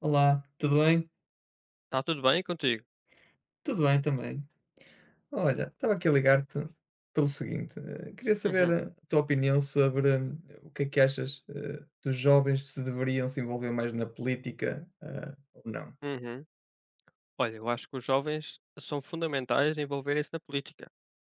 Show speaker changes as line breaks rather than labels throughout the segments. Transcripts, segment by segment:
Olá, tudo bem?
Está tudo bem contigo?
Tudo bem também. Olha, estava aqui a ligar-te pelo seguinte, queria saber
Uhum,
a tua opinião sobre o que é que achas dos jovens se deveriam se envolver mais na política ou não,
uhum. Olha, eu acho que os jovens são fundamentais a envolverem-se na política,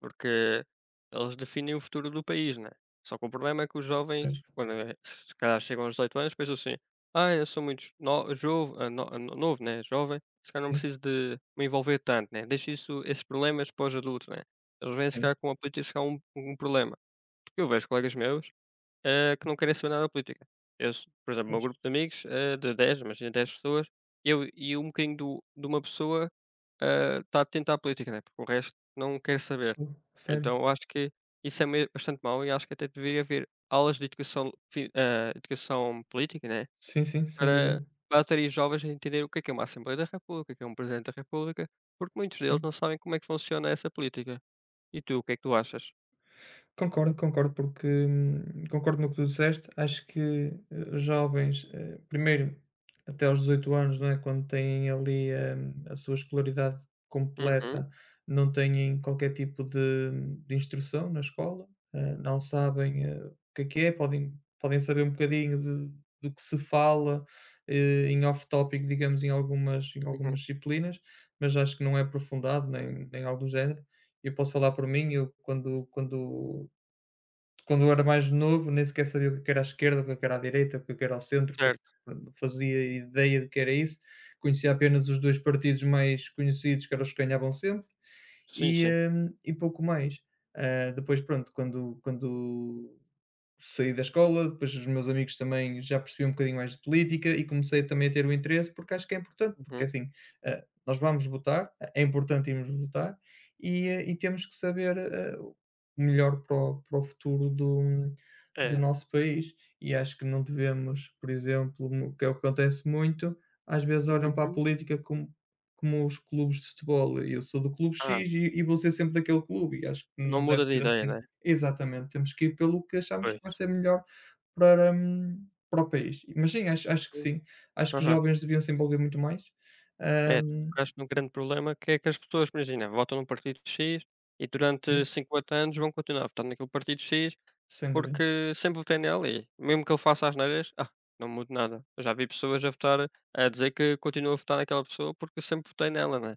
porque eles definem o futuro do país, né? Só que o problema é que os jovens,
certo?
quando se calhar chegam aos 18 anos, pensam assim: eu sou muito no jovo, ah, no ah, no- novo, né? Jovem, se calhar não
Sim,
preciso de me envolver tanto, né? Deixo isso, esses problemas para os adultos, né? Eles vêm se
sim,
calhar com a política se calhar um problema. Porque eu vejo colegas meus que não querem saber nada da política. Por exemplo, o meu
acho que
grupo de amigos, de 10, imagina 10 pessoas, eu e um bocadinho de uma pessoa está atenta à política, né? Porque o resto não quer saber.
foi, sério.
Então eu acho que isso é bastante mau e acho que até deveria haver aulas de educação política, né?
Sim, sim, sem dúvida.
Para bater os jovens a entender o que é uma Assembleia da República, o que é um Presidente da República, porque muitos deles não
Sim.
sabem como é que funciona essa política. E tu, o que é que tu achas?
Concordo, concordo, porque concordo no que tu disseste. Acho que os jovens, primeiro, até aos 18 anos, não é? Quando têm ali a sua escolaridade
Uhum,
completa, não têm qualquer tipo de instrução na escola, não sabem o que é, podem saber um bocadinho do que se fala em off-topic, digamos, em
uhum.
algumas disciplinas, mas acho que não é aprofundado, nem algo do género. Eu posso falar por mim. Eu quando eu era mais novo, nem sequer sabia o que é que era à esquerda, o que é que era à direita, o que é que era ao centro, o que é que
Certo,
não fazia ideia do que era isso. Conhecia apenas os 2 partidos mais conhecidos, que eram os que ganhavam sempre,
sim,
e,
sim.
e pouco mais. Depois, pronto, quando saí da escola, depois os meus amigos também já percebiam um bocadinho mais de política e comecei também a ter o interesse, porque acho que é importante, porque
Uhum.
assim, nós vamos votar. Eh, é importante irmos votar e, e temos que saber o melhor para para o futuro do
É,
nosso país. E acho que não devemos, por exemplo, que é o que acontece muito, às vezes olham para a
uhum.
política como os clubes de futebol. Eu sou do clube
Ah,
X e, vou ser sempre daquele clube, e acho que
não
não deve
muda de
ser
ideia,
assim.
né?
Exatamente, temos que ir pelo que achamos que
Pois.
vai ser melhor para o país. Mas sim, acho que
Sim.
sim, acho que os
Aham.
jovens deviam se envolver muito mais, hã,
É, tu tocaste num grande problema que é que as pessoas, imagina, votam num partido X e durante
sim,
50 anos vão continuar a votar naquele partido X
sem dúvida.
porque sempre votei nele e mesmo que ele faça as asneiras, não muda nada. Eu já vi pessoas a votar, a dizer que continuam a votar naquela pessoa porque sempre votei nela, né?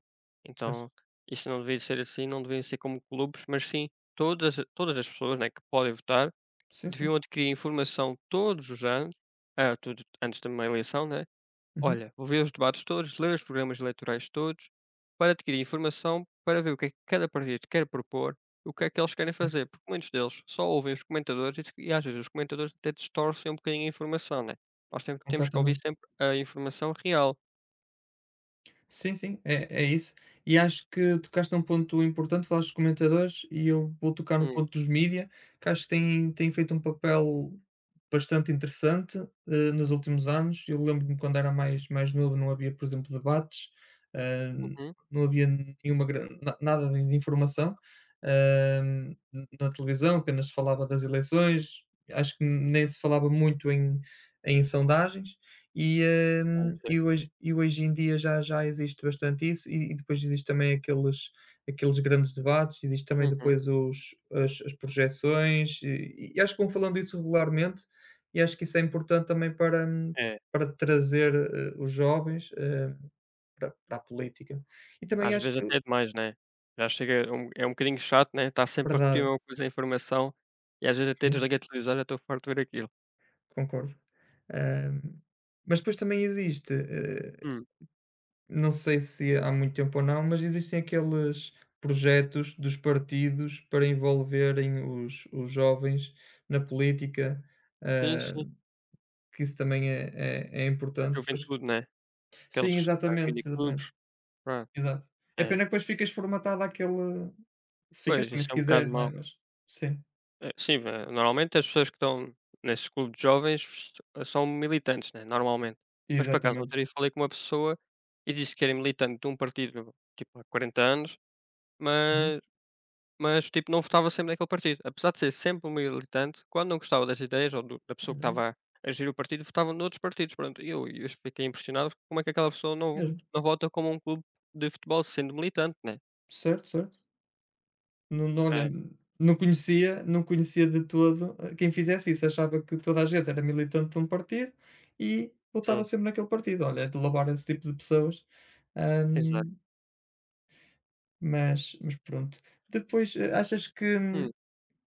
Pois.
Então, isso não devia ser assim, não devia ser como clubes, mas sim todas as pessoas né, que podem votar
Sim, sim.
deviam adquirir informação todos os anos, tudo antes da minha eleição, né?
Uhum,
Olha, vou ver os debates todos, ler os programas eleitorais todos, para adquirir informação, para ver o que é que cada partido quer propor, o que é que eles querem
sim,
fazer, porque muitos deles só ouvem os comentadores e, se- e às vezes os comentadores até distorcem um bocadinho a informação, né? Nós temos que ouvir
completamente.
sempre a informação real.
Sim, sim, é isso. E acho que tocaste num ponto importante, falaste dos comentadores e eu vou tocar no
Hum,
ponto dos mídia, que acho que têm feito um papel bastante interessante, nos últimos anos. Eu lembro-me quando era mais novo não havia, por exemplo, debates, hã,
uhum,
não havia nenhuma gran na nada de informação, hã, na televisão, apenas se falava das eleições. Acho que nem se falava muito em sondagens. E,
pois é.
e hoje em dia já existe bastante isso e depois existe também aqueles grandes debates, existe também
Uhum.
depois os as projeções e acho que vão falando isso regularmente, e acho que isso é importante também para trazer, os jovens, para a política. E também
Às
acho
vezes
que
até é demais, né? Já chega, é um bocadinho chato, né? Está sempre a repetir
verdade,
uma coisa, a informação, e às vezes até
sim,
desliguei a televisão, já estou farto de ver aquilo.
concordo. Hum, mas depois também existe,
Hum,
não sei se é há muito tempo ou não, mas existem aqueles projetos dos partidos para envolverem os jovens na política,
sim,
ah,
sim,
que isso também é
a
importante.
juventude, né?
Sim,
Aqueles,
exatamente, exatamente,
miniclubes, pronto,
exato. É
é.
pena que depois ficas formatado àquele. Se ficas
Pois,
também,
isso
se
é um bocado
quiseres, não é?
mau.
Mas sim,
Sim, normalmente as pessoas que estão nesses clubes de jovens são militantes, né? Normalmente. Mas por acaso,
exatamente.
outro dia falei com uma pessoa e disse que era militante de um partido, tipo, há 40 anos,
Uhum,
mas Mas, tipo, não votava sempre naquele partido. Apesar de ser sempre um militante, quando não gostava das ideias ou do da pessoa que
olha,
estava a gerir o partido, votava noutros partidos, pronto. E eu fiquei impressionado como é que aquela pessoa não
mesmo,
não vota como um clube de futebol sendo militante, né.
certo, certo. Não, não, olha,
É,
não conhecia de todo, quem fizesse isso. Achava que toda a gente era militante de um partido e votava
sim,
sempre naquele partido. Olha, é de louvar esse tipo de pessoas,
exato.
ahm, mas pronto. Depois, achas
Hum,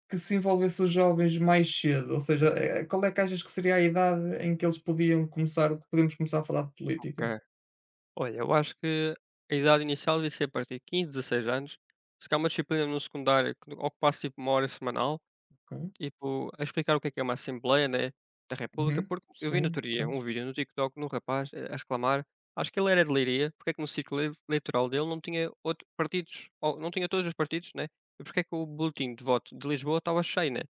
que se envolvesse os jovens mais cedo, ou seja, qual é que achas que seria a idade em que eles podiam começar que podemos começar a falar de política?
ok. Olha, eu acho que a idade inicial devia ser a partir de 15, 16 anos. Se calhar uma disciplina no secundário que ocupasse tipo uma hora semanal.
Ok.
Tipo, a explicar o que é uma Assembleia, né, da República,
Uhum.
porque eu vi no
Sim,
outro dia um
pois.
vídeo no TikTok num rapaz a reclamar, acho que ele era de Leiria, porque é que no ciclo eleitoral dele não tinha outro partidos ou não tinha todos os partidos, né, e porque é que o boletim de voto de Lisboa estava cheio, né.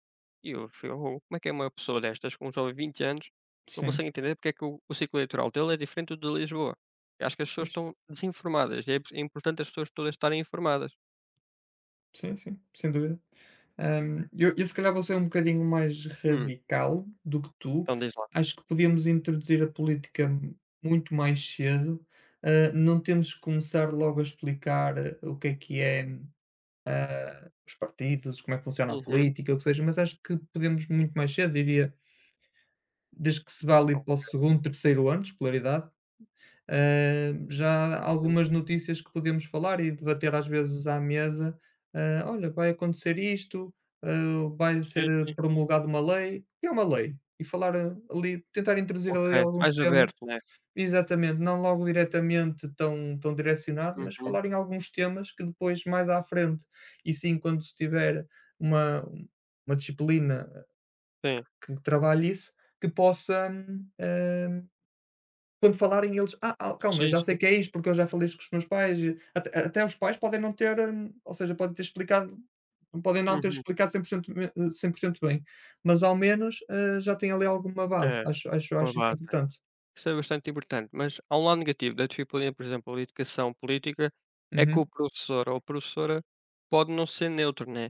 E eu fui: "Oh, como é que é uma pessoa destas com só 20 anos não
Sim,
consegue entender porque é que o ciclo eleitoral dele é diferente do de Lisboa?" Eu acho que as pessoas
pois.
estão desinformadas e é importante as pessoas todas estarem informadas.
Sim, sim, sem dúvida. Eu se calhar vou ser um bocadinho mais
Hum,
radical do que tu.
então diz lá.
Acho que podíamos introduzir a política muito mais cedo. Não temos que começar logo a explicar o que é os partidos, como é que funciona a
Uhum.
política, o que seja, mas acho que podemos muito mais cedo, diria, desde que se vá ali para o
Ok.
segundo, terceiro ano de escolaridade, já algumas notícias que podemos falar e debater às vezes à mesa, olha, vai acontecer isto, vai ser
Sim, sim.
promulgada uma lei, o que é uma lei? E falar ali, tentar introduzir
Ok,
ali alguns
mais
temas,
aberto, né?
exatamente, não logo diretamente tão direcionado, mas
Uhum,
falar em alguns temas que depois, mais à frente, e sim quando se tiver uma, uma disciplina
sim.
que trabalhe isso, que possa quando falarem eles: "Ah, ah, calma, eu
Sim,
já sei
sim.
que é isto, porque eu já falei isto com os meus pais". E até os pais podem não ter, ou seja, podem não ter
Uhum.
explicado 100% bem, mas ao menos, já tem ali alguma base,
É,
acho acho
uma
acho isso
base.
importante.
Isso é bastante importante, mas há um lado negativo da disciplina, por exemplo, de educação política, é que o
Uhum.
professor ou a professora pode não ser neutro, né?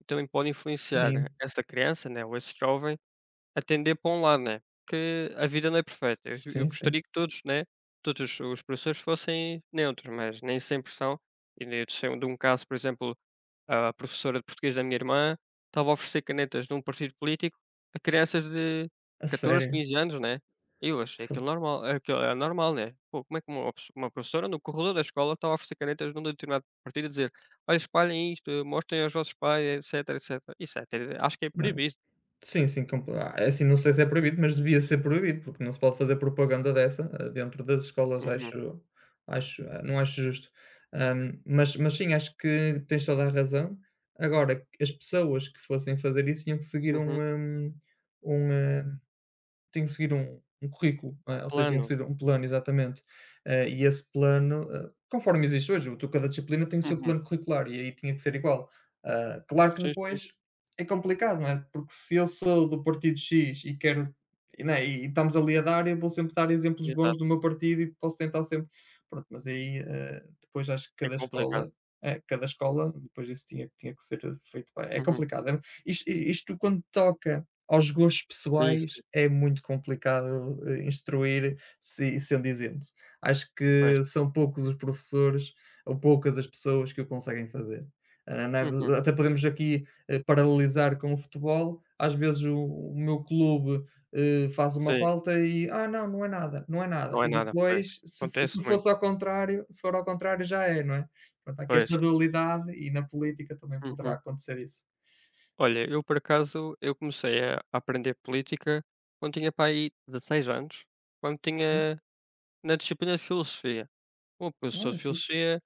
E também pode influenciar
Sim,
essa criança, né, ou esse jovem atender para um lado, né, que a vida não é perfeita. Eu
sim, sim.
gostaria que todos, né, todos os professores fossem neutros, mas nem sempre são. E eu sei de um caso, por exemplo, a professora de português da minha irmã estava a oferecer canetas de um partido político a crianças de
A
14,
sério?
15 anos, né. Eu achei aquilo normal, aquilo é normal, né. Pô, como é que uma professora no corredor da escola estava a oferecer canetas de um determinado partido a dizer: "Olha, espalhem isto, mostrem aos vossos pais, etcétera". Isso é até acho que é
Nice.
proibido.
Sim, sim, é assim, não sei se é proibido, mas devia ser proibido, porque não se pode fazer propaganda dessa, dentro das escolas.
Uhum,
Não acho justo. Mas sim, acho que tens toda a razão. Agora, as pessoas que fossem fazer isso tinham que seguir um,
uhum.
um, tenho que seguir um currículo, não
Um
é, ou seja, tenho que
plano?
seguir um plano, exatamente. E esse plano, conforme existe hoje, o tu cada disciplina tem o seu
Uhum.
plano curricular e aí tinha que ser igual. Claro que
Sim, sim,
depois é complicado, não é, porque se eu sou do partido X e quero né, e não é, e estamos ali a dar, eu vou sempre dar exemplos bons
exato.
do meu partido e posso tentar sempre pronto, mas aí, depois acho que
É complicado.
cada escola depois isso tinha que ser feito bem. É
Uhum.
complicado, é isto. Isto quando toca aos gostos
Sim,
pessoais
sim,
é muito complicado, instruir se sendo isento. Acho
pois.
que são poucos os professores ou poucas as pessoas que o conseguem fazer. Ah, não
Uhum.
é Até podemos aqui, paralelizar com o futebol. Às vezes o meu clube, faz uma
Sim,
falta e: "Ah, não, não é nada, não é nada",
não é
e
nada, pois.
depois
Acontece muito,
se for ao contrário já é, não é? Pronto, há aqui
pois.
esta dualidade e na política também poderá
Uhum.
acontecer isso.
Olha, eu por acaso, eu comecei a aprender política quando tinha para aí 16 anos, quando
Hum,
tinha na disciplina de filosofia. O professor
Olha,
de
fixe.
filosofia,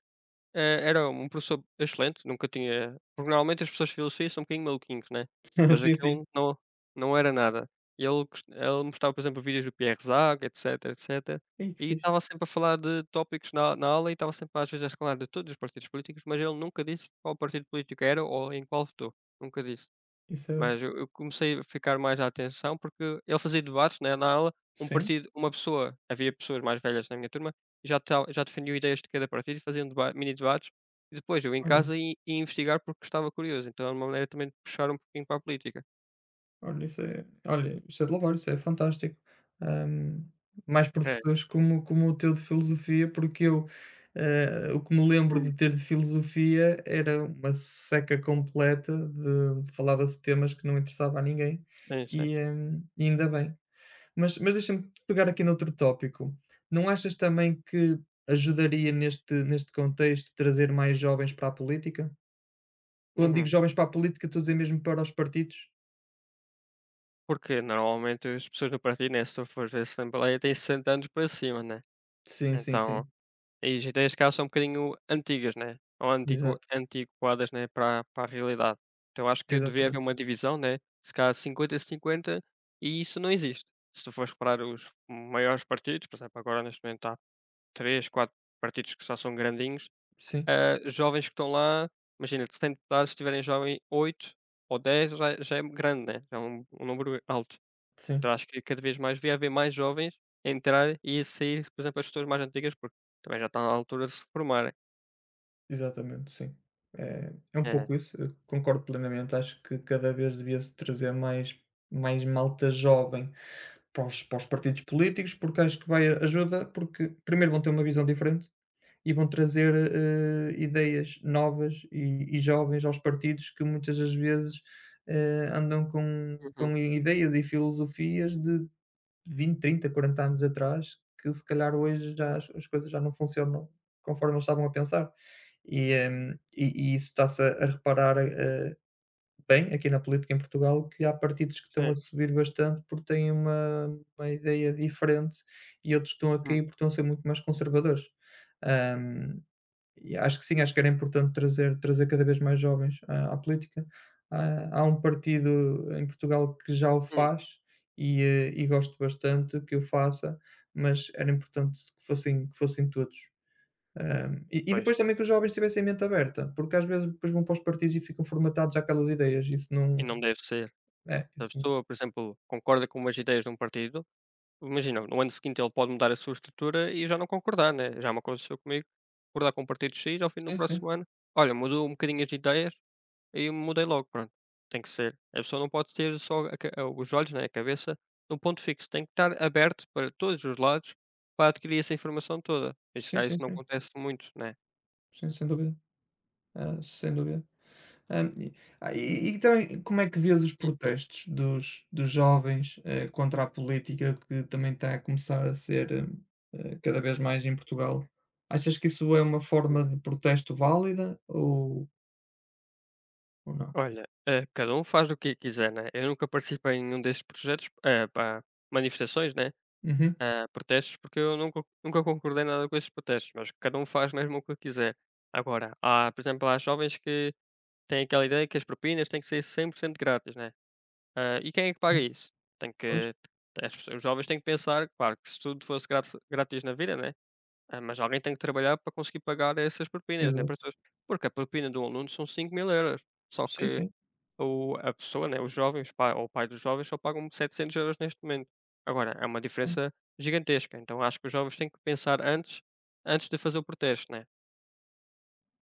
Era um professor excelente, nunca tinha porque normalmente as pessoas de filosofia são um bocadinho maluquinhos, né, mas
Sim, sim.
aquele não era nada. E ele cos ele mostrava, por exemplo, vídeos do Pierre Zag, etcétera,
Ei, que
e
fixe.
estava sempre a falar de tópicos na aula e estava sempre às vezes a reclamar de todos os partidos políticos, mas ele nunca disse qual partido político era ou em qual votou, nunca disse.
Isso é
Mas eu comecei a ficar mais à atenção, porque ele fazia debates, né, na aula, um
sim,
partido uma pessoa havia pessoas mais velhas na minha turma, e já defendiam ideias de cada partido e faziam deba mini debates, e depois eu em
olha
casa ia investigar porque estava curioso, então era uma maneira também de puxar um pouquinho para a política.
isso é olha, isso é de louvar, isso é fantástico. Hum, Mais
É.
professores como o teu de filosofia, porque eu, o que me lembro
Hum.
de ter de filosofia era uma seca completa de falava-se temas que não interessava a ninguém
Sim, sim.
e ainda bem. Mas deixa-me pegar aqui noutro tópico. Não achas também que ajudaria neste contexto trazer mais jovens para a política? Quando digo
Uhum.
jovens para a política, estou a dizer mesmo para os partidos?
Porque normalmente as pessoas no partido, né, se tu fores ver essa assembleia, têm 60 anos para cima, né,
Sim, sim,
então.
sim.
E as ideias cá são um bocadinho antigas, né, ou
Exato,
antiquadas, né, para a realidade. Então acho que deveria haver
exatamente.
uma divisão, né, se calhar 50 cinquenta e isso não existe. Se tu fores reparar os maiores partidos, por exemplo, agora neste momento há 3, 4 partidos que só são grandinhos,
Sim,
jovens que estão lá, imagina de 100 deputados, se tiverem jovem 8 ou 10 já é grande, né. Já é um número alto.
sim,
Então acho que cada vez mais devia haver mais jovens a entrar e a sair, por exemplo, as pessoas mais antigas, porque também já estão na altura de se reformarem.
exatamente, sim. É um
É.
pouco isso, eu concordo plenamente. Acho que cada vez devia-se trazer mais malta jovem para os partidos políticos, porque acho que vai ajuda, porque primeiro vão ter uma visão diferente e vão trazer, ideias novas e jovens aos partidos que muitas das vezes, andam com
Uhum,
com ideias e filosofias de 20, 30, 40 anos atrás, que se calhar hoje já as coisas já não funcionam conforme eles estavam a pensar. E isso está-se a reparar, bem aqui na política em Portugal, que há partidos que estão
sim.
a subir bastante porque têm uma ideia diferente e outros estão a
Hum,
cair porque estão a ser muito mais conservadores. Hum, e acho que sim, acho que era importante trazer cada vez mais jovens à política. Há um partido em Portugal que já o
hum,
faz e gosto bastante que o faça, mas era importante que fossem todos. Hã, e
pois.
depois também que os jovens tivessem a mente aberta, porque às vezes depois vão para os partidos e ficam formatados àquelas ideias, isso
E
não
não deve ser.
é,
Se a
isso não.
pessoa, por exemplo, concorda com umas ideias de um partido, imagina, no ano seguinte ele pode mudar a sua estrutura e já não concordar, né? Já me aconteceu comigo, concordar com o partido X, ao fim do
Sim, sim.
próximo ano, olha, mudou um bocadinho as ideias, e eu mudei logo, pronto, tem que ser. A pessoa não pode ter só os olhos, né, a cabeça num ponto fixo, tem que estar aberto para todos os lados para adquirir essa informação toda. E se
Sim,
calhar isso
sim,
não
sim.
acontece muito, né.
Sim, sem dúvida. Sem dúvida. Hã, e ah, e também como é que vês os protestos dos jovens, contra a política que também está a começar a ser, cada vez mais em Portugal? Achas que isso é uma
Uhum.
forma de protesto válida ou não?
Olha, cada um faz o que quiser, né. Eu nunca participei em nenhum desses projetos, pá, manifestações, né,
Uhum.
protestos, porque eu nunca concordei nada com esses protestos, mas cada um faz mesmo o que quiser. Agora, há, por exemplo, há jovens que têm aquela ideia que as propinas têm que ser 100% grátis, né. Ah, e quem é que paga
Hum,
isso? Tem
Pois,
que os jovens têm que pensar, claro, que se tudo fosse grátis, grátis na vida, né? Ah, mas alguém tem que trabalhar para conseguir pagar essas propinas, né? Para
exato.
todos. Porque a propina de um aluno são 5000 euros. Só
Sim,
que
sim.
a pessoa, né? Os jovens, o pai, ou o pai dos jovens, só pagam 700 euros neste momento. Agora, é uma diferença gigantesca. Então, acho que os jovens têm que pensar antes, antes de fazer o protesto, né?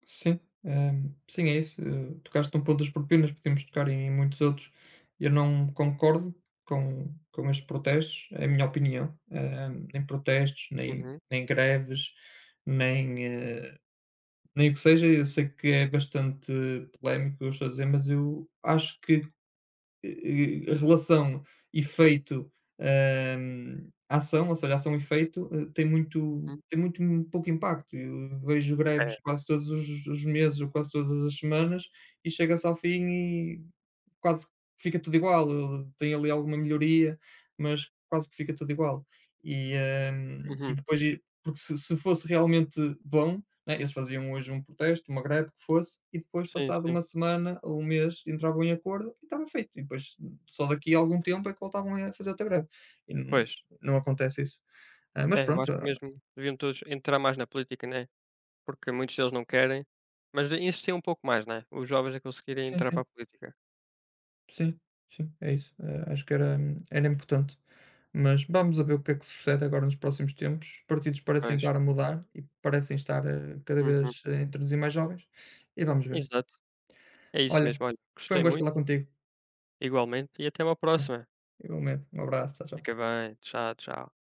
Sim, sim, é isso. Tocaste num ponto das propinas, podemos tocar em muitos outros. Eu não concordo com estes protestos, é a minha opinião. Nem protestos,
Uhum,
nem greves, nem, eh, nem o que seja. Eu sei que é bastante polémico o que eu estou a dizer, mas eu acho que e relação efeito, ação, ou seja, ação efeito, tem muito
uhum.
pouco impacto. Eu vejo
É.
greves quase todos os meses ou quase todas as semanas e chega-se ao fim e quase que fica tudo igual. Eu tem ali alguma melhoria, mas quase que fica tudo igual. E, hã, e
Uhum.
depois e porque se fosse realmente bom né, eles faziam hoje um protesto, uma greve, o que fosse, e depois
Sim,
passado
sim.
uma semana ou um mês entravam em acordo e estava feito. E depois só daqui a algum tempo é que voltavam a fazer outra greve. E não
Pois.
não acontece isso. Mas
É, eu
pronto,
acho que mesmo deviam todos entrar mais na política, né? Porque muitos deles não querem, mas de insistir um pouco mais, né, os jovens a conseguirem
sim,
entrar para a
sim,
política.
sim, sim, é isso. Acho que era importante. Mas vamos a ver o que é que sucede agora nos próximos tempos. Os partidos parecem
Pois.
estar a mudar e parecem estar, cada
Uhum.
vez a introduzir mais jovens e vamos ver.
Exato. É isso
Olha,
mesmo. Olha,
foi um
gostei
gosto
muito,
falar contigo.
igualmente, e até uma próxima.
Igualmente, um abraço. Tchau,
Fica
tchau.
bem. Tchau, tchau.